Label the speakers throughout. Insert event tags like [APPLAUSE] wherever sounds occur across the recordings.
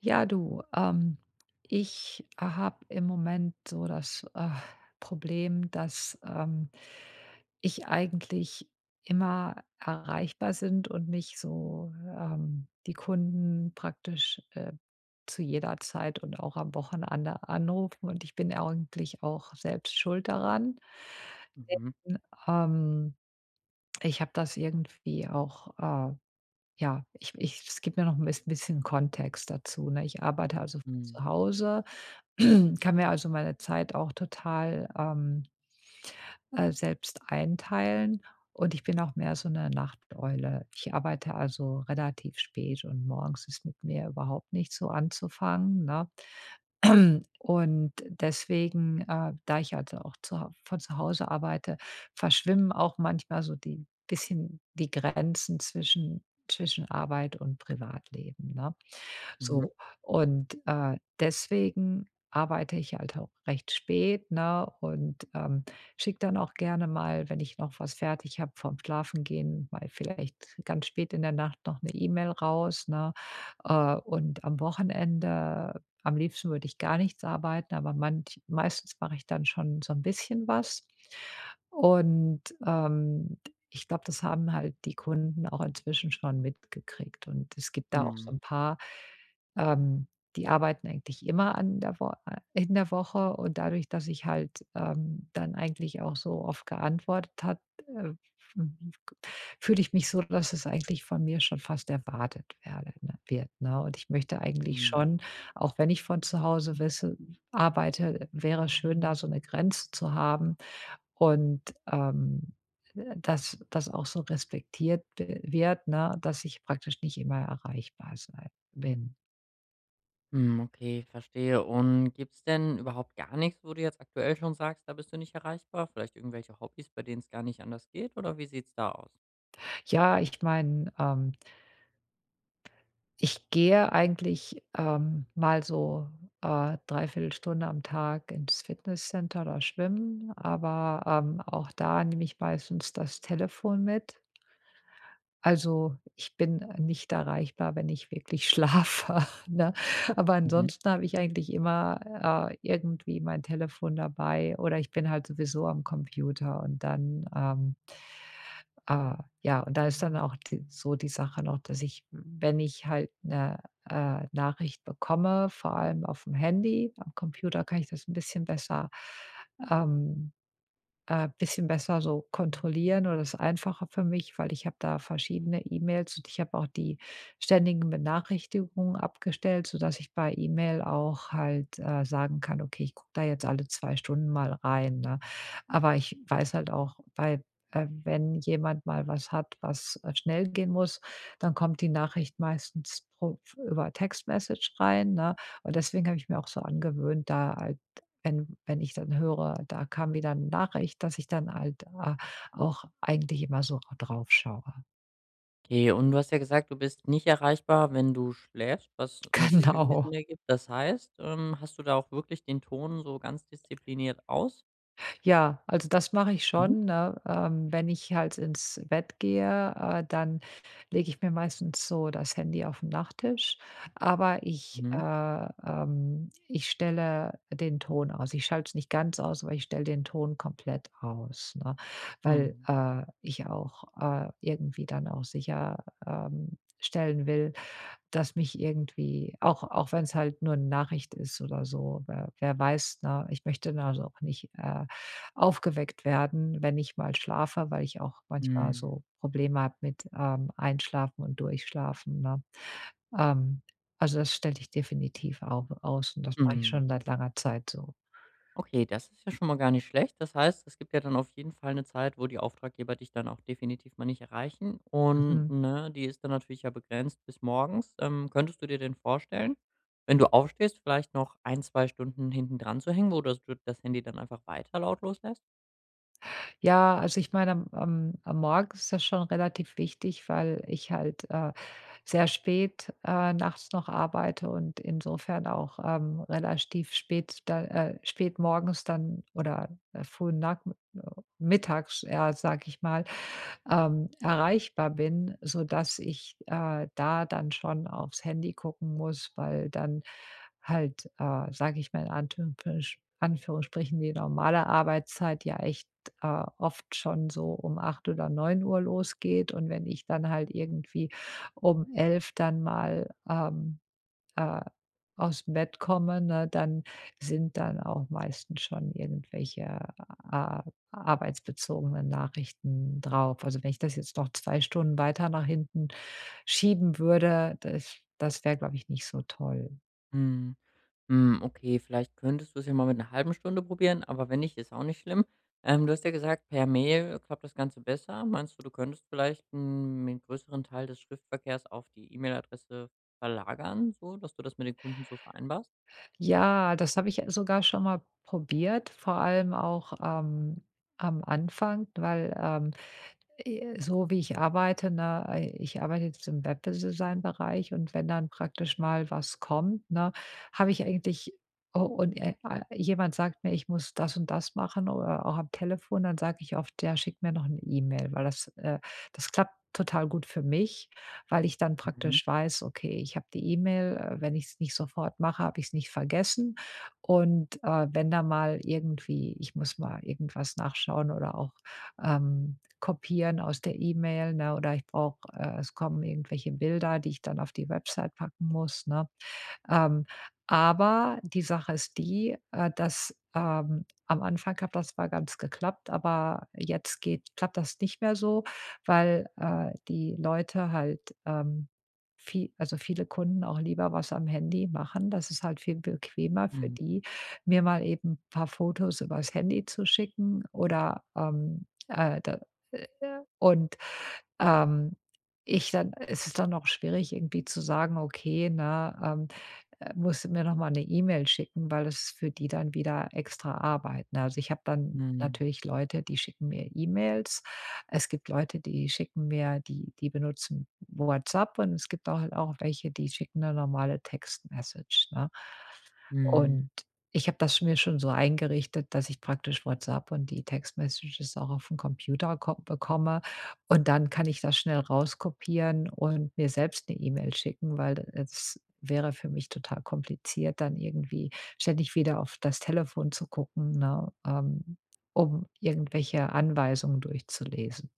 Speaker 1: Ja, du, ich habe im Moment so das Problem, dass ich eigentlich immer erreichbar sind und mich so die Kunden praktisch zu jeder Zeit und auch am Wochenende anrufen. Und ich bin eigentlich auch selbst schuld daran.
Speaker 2: Mhm.
Speaker 1: Ähm, Ich habe das irgendwie auch ja, ich es gibt mir noch ein bisschen Kontext dazu, ne? Ich arbeite also
Speaker 2: Mhm.
Speaker 1: zu Hause, [CLEARS THROAT] kann mir also meine Zeit auch total, selbst einteilen und ich bin auch mehr so eine Nachteule. Ich arbeite also relativ spät und morgens ist mit mir überhaupt nicht so anzufangen, ne? [CLEARS THROAT] Und deswegen, da ich also auch zu Hau von zu Hause arbeite, verschwimmen auch manchmal so die bisschen die Grenzen zwischen Arbeit und Privatleben, ne?
Speaker 2: Mhm.
Speaker 1: So, und, deswegen arbeite ich halt auch recht spät, ne, und, schicke dann auch gerne mal, wenn ich noch was fertig habe vom Schlafengehen, mal vielleicht ganz spät in der Nacht noch eine E-Mail raus, ne? Und am Wochenende am liebsten würde ich gar nichts arbeiten, aber manch meistens mache ich dann schon so ein bisschen was. Und, ich glaube, das haben halt die Kunden auch inzwischen schon mitgekriegt. Und es gibt da auch so
Speaker 2: Mhm.
Speaker 1: ein paar, ähm, die arbeiten eigentlich immer an der Wo in der Woche und dadurch, dass ich halt, dann eigentlich auch so oft geantwortet hat, äh, mhm, fühle ich mich so, dass es eigentlich von mir schon fast wird, ne? Und ich möchte eigentlich
Speaker 2: Mhm.
Speaker 1: schon, auch wenn ich von zu Hause wisse arbeite, wäre es schön, da so eine Grenze zu haben, und, ähm, dass das auch so respektiert w wird, ne, dass ich praktisch nicht immer erreichbar sei bin.
Speaker 2: Hm, okay, verstehe. Und gibt's denn überhaupt gar nichts, wo du jetzt aktuell schon sagst, da bist du nicht erreichbar? Vielleicht irgendwelche Hobbys, bei denen es gar nicht anders geht oder wie sieht's da aus?
Speaker 1: Ja, ich meine, ich gehe eigentlich, mal so, 3 Stunde am Tag ins Fitnesscenter oder schwimmen, aber, auch da nehme ich meistens das Telefon mit. Also, ich bin nicht erreichbar, wenn ich wirklich schlafe, [LAUGHS] ne? Aber
Speaker 2: Mhm.
Speaker 1: ansonsten habe ich eigentlich immer, irgendwie mein Telefon dabei oder ich bin halt sowieso am Computer und dann, äh ja, und da ist dann auch die so die Sache noch, dass ich, wenn ich halt eine Nachricht bekomme, vor allem auf dem Handy am Computer kann ich das ein ähm bisschen besser so kontrollieren oder das ist einfacher für mich, weil ich habe da verschiedene E-Mails und ich habe auch die ständigen Benachrichtigungen abgestellt, sodass ich bei E-Mail auch halt, sagen kann: „Okay, ich gucke da jetzt alle 2 Stunden mal rein“, ne? Aber ich weiß halt auch bei wenn jemand mal was hat, was, schnell gehen muss, dann kommt die Nachricht meistens pro über Textmessage rein, ne? Und deswegen habe ich mir auch so angewöhnt, da wenn ich dann höre, da kam wieder eine Nachricht, dass ich dann halt, auch eigentlich immer so drauf schaue. [LAUGHS]
Speaker 2: Okay, und du hast ja gesagt, du bist nicht erreichbar, wenn du schläfst, was natürlich irgendwie
Speaker 1: Genau.
Speaker 2: Sinn ergibt. Das heißt, hast du da auch wirklich den Ton so ganz diszipliniert aus?
Speaker 1: Ja, also das mache ich
Speaker 2: Mhm.
Speaker 1: schon, ne? Wenn ich halt ins Bett gehe, dann lege ich mir meistens so das Handy auf 'n Nachttisch, aber ich,
Speaker 2: Mhm.
Speaker 1: ich stelle den Ton aus. Ich schalte es nicht ganz aus, aber ich stelle den Ton komplett aus, ne? Weil,
Speaker 2: Mhm.
Speaker 1: ich auch, irgendwie dann auch sicher, stellen will, das mich irgendwie auch wenn es halt nur eine Nachricht ist oder so, wer weiß, na. Ich möchte da also auch nicht, aufgeweckt werden, wenn ich mal schlafe, weil ich auch manchmal
Speaker 2: Mhm.
Speaker 1: so Probleme habe mit, Einschlafen und Durchschlafen, ne? Ähm, also das stelle ich definitiv auch aus und das mache ich
Speaker 2: Mhm.
Speaker 1: schon seit langer Zeit so.
Speaker 2: Okay, das ist ja schon mal gar nicht schlecht. Das heißt, es gibt ja dann auf jeden Fall eine Zeit, wo die Auftraggeber dich dann auch definitiv mal nicht erreichen und,
Speaker 1: Mhm.
Speaker 2: ne, die ist dann natürlich ja begrenzt bis morgens. Könntest du dir denn vorstellen, wenn du aufstehst, vielleicht noch ein 2 Stunden hinten dran zu hängen, wo du das Handy dann einfach weiter lautlos lässt?
Speaker 1: Ja, also ich meine, am Morgen ist das schon relativ wichtig, weil ich halt, sehr spät, nachts noch arbeite und insofern auch, relativ spät da spät morgens dann oder, frühen Nachm mittags, ja, sag ich mal, erreichbar bin, sodass ich, da dann schon aufs Handy gucken muss, weil dann halt, sage ich mal in Anführungsprich Anführungsstrichen, die normale Arbeitszeit ja echt, oft schon so um 8 oder neun Uhr losgeht und wenn ich dann halt irgendwie um 11 dann mal, äh, aus'm Bett komme, ne, dann sind dann auch meistens schon irgendwelche, äh, arbeitsbezogenen Nachrichten drauf. Also, wenn ich das jetzt noch 2 Stunden weiter nach hinten schieben würde, das wäre, glaube ich, nicht so toll.
Speaker 2: Mhm. Hm, okay, vielleicht könntest du es ja mal mit einer halben Stunde probieren, aber wenn nicht, ist auch nicht schlimm. Du hast ja gesagt, per Mail klappt das Ganze besser. Meinst du, du könntest vielleicht 'n 'nen größeren Teil des Schriftverkehrs auf die E-Mail-Adresse verlagern, so dass du das mit den Kunden so vereinbarst?
Speaker 1: Ja, das habe ich sogar schon mal probiert, vor allem auch, am Anfang, so wie ich arbeite, ne, ich arbeite jetzt im Webdesign-Bereich und wenn dann praktisch mal was kommt, ne, habe ich eigentlich jemand sagt mir, ich muss das und das machen oder auch am Telefon, dann sage ich oft, ja, schick mir noch eine E-Mail, weil das klappt total gut für mich, weil ich dann
Speaker 2: Mhm.
Speaker 1: praktisch weiß, okay, ich habe die E-Mail, wenn ich es nicht sofort mache, habe ich es nicht vergessen und, wenn da mal irgendwie ich muss mal irgendwas nachschauen oder auch, ähm kopieren aus der E-Mail, ne, oder ich brauche es kommen irgendwelche Bilder, die ich dann auf die Website packen muss, ne? Ähm, aber die Sache ist die, dass, am Anfang hat das mal ganz geklappt, aber jetzt geht klappt das nicht mehr so, weil, die Leute halt, vie also, viele Kunden auch lieber was am Handy machen. Das ist halt viel bequemer für
Speaker 2: Mhm.
Speaker 1: die, mir mal eben ein paar Fotos übers Handy zu schicken oder, da äh, und, ähm, ich dann es ist dann auch schwierig irgendwie zu sagen: „Okay, ne, musst du mir noch mal 'ne E-Mail schicken“, weil es für die dann wieder extra Arbeit, ne? Also, ich habe dann
Speaker 2: Mhm.
Speaker 1: natürlich Leute, die schicken mir E-Mails. Es gibt Leute, die schicken mir die benutzen WhatsApp und es gibt auch halt auch welche, die schicken eine normale Textmessage, ne?
Speaker 2: Mhm.
Speaker 1: Und ich habe das mir schon so eingerichtet, dass ich praktisch WhatsApp und die text auch auf dem Computer ko bekomme. Und dann kann ich das schnell rauskopieren und mir selbst 'ne E-Mail schicken, weil es wäre für mich total kompliziert, dann irgendwie ständig wieder auf das Telefon zu gucken, ne, um irgendwelche Anweisungen durchzulesen.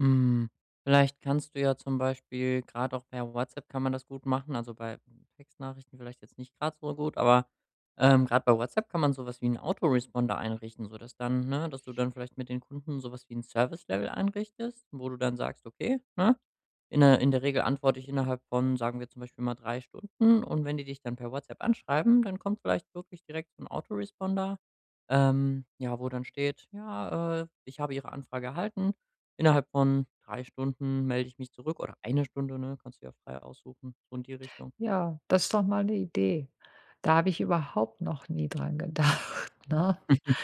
Speaker 2: Hm, vielleicht kannst du ja zum Beispiel gerade auch per WhatsApp kann man das gut machen, also, bei Textnachrichten vielleicht jetzt nicht gerade so gut, aber, grad bei WhatsApp kann man sowas wie einen Autoresponder einrichten, sodass dann ne, dass du dann vielleicht mit den Kunden sowas wie ein Service Level einrichtest, wo du dann sagst: „Okay, ne?" In der Regel antworte ich innerhalb von, sagen wir zum Beispiel mal 3 Stunden, und wenn die dich dann per WhatsApp anschreiben, dann kommt vielleicht wirklich direkt so 'n Autoresponder, ja, wo dann steht: „Ja, ich habe Ihre Anfrage erhalten. Innerhalb von 3 Stunden melde ich mich zurück" oder 1 Stunde, ne, kannst du ja frei aussuchen, so in die Richtung.
Speaker 1: Ja, das ist doch mal 'ne Idee. Da habe ich überhaupt noch nie dran gedacht, [LAUGHS] ne?
Speaker 2: [LAUGHS]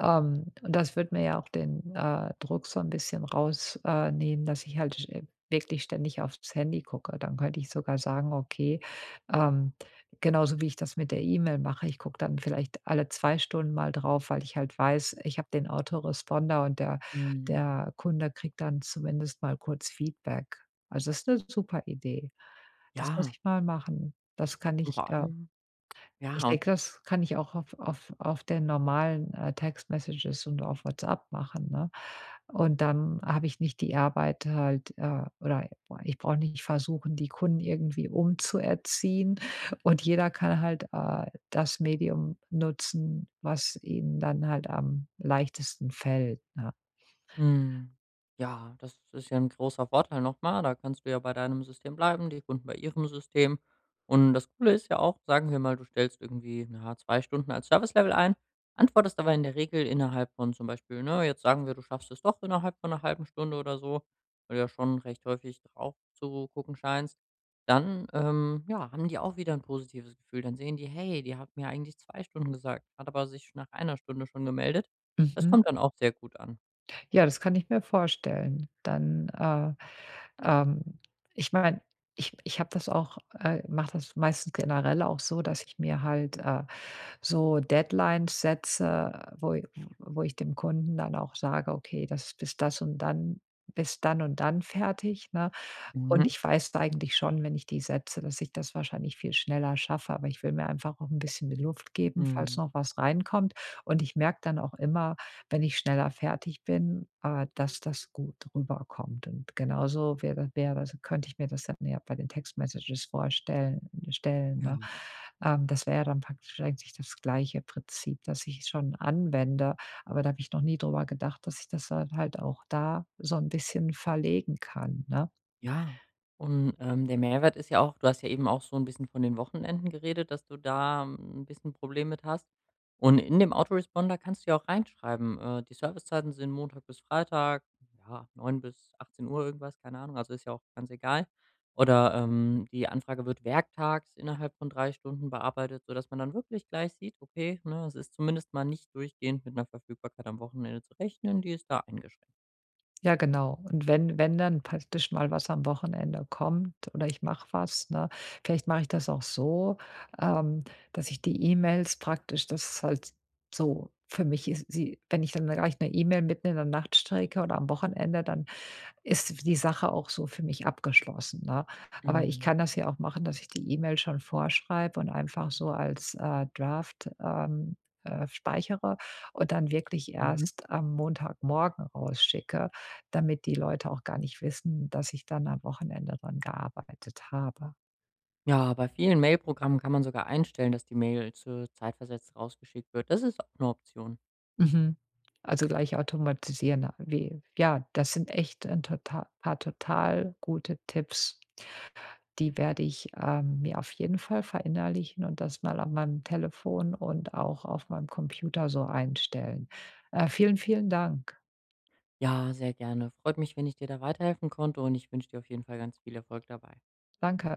Speaker 1: Und das würde mir ja auch den, Druck so ein bisschen nehmen, dass ich halt sch wirklich ständig aufs Handy gucke. Dann könnte ich sogar sagen: „Okay, ähm“ genauso wie ich das mit der E-Mail mache, ich gucke dann vielleicht alle 2 Stunden mal drauf, weil ich halt weiß, ich habe den Autoresponder und der
Speaker 2: Mhm.
Speaker 1: der Kunde kriegt dann zumindest mal kurz Feedback. Also, das ist eine super Idee. Das muss
Speaker 2: Ja,
Speaker 1: ich mal machen. Das kann
Speaker 2: und
Speaker 1: ich,
Speaker 2: vor allem,
Speaker 1: ich
Speaker 2: ja, und
Speaker 1: denke, das kann ich auch auf den normalen, Text-Messages und auf WhatsApp machen, ne? Und dann habe ich nicht die Arbeit halt, oder ich brauche nicht versuchen, die Kunden irgendwie umzuerziehen und jeder kann halt, das Medium nutzen, was ihnen dann halt am leichtesten fällt, ne?
Speaker 2: Mhm. Ja, das ist ja ein großer Vorteil nochmal. Da kannst du ja bei deinem System bleiben, die Kunden bei ihrem System. Und das Coole ist ja auch, sagen wir mal, du stellst irgendwie, na, 2 Stunden als Service-Level ein, antwortest aber in der Regel innerhalb von zum Beispiel, ne, jetzt sagen wir, du schaffst es doch innerhalb von einer halben Stunde oder so, weil du ja schon recht häufig drauf zu gucken scheinst, dann, ja, haben die auch wieder ein positives Gefühl. Dann sehen die: „Hey, die hat mir eigentlich 2 Stunden gesagt, hat aber sich nach 1 Stunde schon gemeldet." Das
Speaker 1: Mhm.
Speaker 2: kommt dann auch sehr gut an.
Speaker 1: Ja, das kann ich mir vorstellen. Ähm, ich meine, ich habe das auch mache das meistens generell auch so, dass ich mir halt, so Deadlines setze, wo ich dem Kunden dann auch sage: „Okay, das ist bis dann und dann fertig“, ne? Und ich weiß eigentlich schon, wenn ich die setze, dass ich das wahrscheinlich viel schneller schaffe, aber ich will mir einfach auch ein bisschen die Luft geben, falls
Speaker 2: Mhm.
Speaker 1: noch was reinkommt. Und ich merke dann auch immer, wenn ich schneller fertig bin, dass das gut rüberkommt. Und genauso wäre wäre das könnte ich mir das dann ja bei den Textmessages vorstellen stellen,
Speaker 2: Ja,
Speaker 1: ne? Das wäre ja dann praktisch eigentlich das gleiche Prinzip, das ich schon anwende, aber da habe ich noch nie drüber gedacht, dass ich das dann halt auch da so ein bisschen verlegen kann, ne?
Speaker 2: ja. Und, der Mehrwert ist ja auch, du hast ja eben auch so ein bisschen von den Wochenenden geredet, dass du da ein bisschen Problem mit hast. Und in dem Autoresponder kannst du ja auch reinschreiben, die Servicezeiten sind Montag bis Freitag, ja, 9 bis 18 Uhr irgendwas, keine Ahnung, also, ist ja auch ganz egal. Oder, die Anfrage wird werktags innerhalb von 3 Stunden bearbeitet, sodass man dann wirklich gleich sieht, okay, ne, es ist zumindest mal nicht durchgehend mit einer Verfügbarkeit am Wochenende zu rechnen, die ist da eingeschränkt.
Speaker 1: Ja, genau. Und wenn dann praktisch mal was am Wochenende kommt oder ich mache was, ne? Vielleicht mache ich das auch so, ähm, dass ich die E-Mails praktisch das ist halt so für mich ist sie wenn ich dann gleich eine E-Mail mitten in der Nacht strecke oder am Wochenende, dann ist die Sache auch so für mich abgeschlossen, ne? Aber ich
Speaker 2: Mhm.
Speaker 1: kann das ja auch machen, dass ich die E-Mail schon vorschreibe und einfach so als, Draft, speichere und dann wirklich
Speaker 2: Mhm.
Speaker 1: erst am Montagmorgen rausschicke, damit die Leute auch gar nicht wissen, dass ich dann am Wochenende dran gearbeitet habe.
Speaker 2: Ja, bei vielen Mailprogrammen kann man sogar einstellen, dass die Mail zu zeitversetzt rausgeschickt wird. Das ist auch eine Option.
Speaker 1: Mhm. Also gleich automatisieren, wie ja, das sind echt ein tota paar total gute Tipps. Die werde ich, mir auf jeden Fall verinnerlichen und das mal auf meinem Telefon und auch auf meinem Computer so einstellen. Vielen, vielen Dank.
Speaker 2: Ja, sehr gerne. Freut mich, wenn ich dir da weiterhelfen konnte, und ich wünsche dir auf jeden Fall ganz viel Erfolg dabei.
Speaker 1: Danke.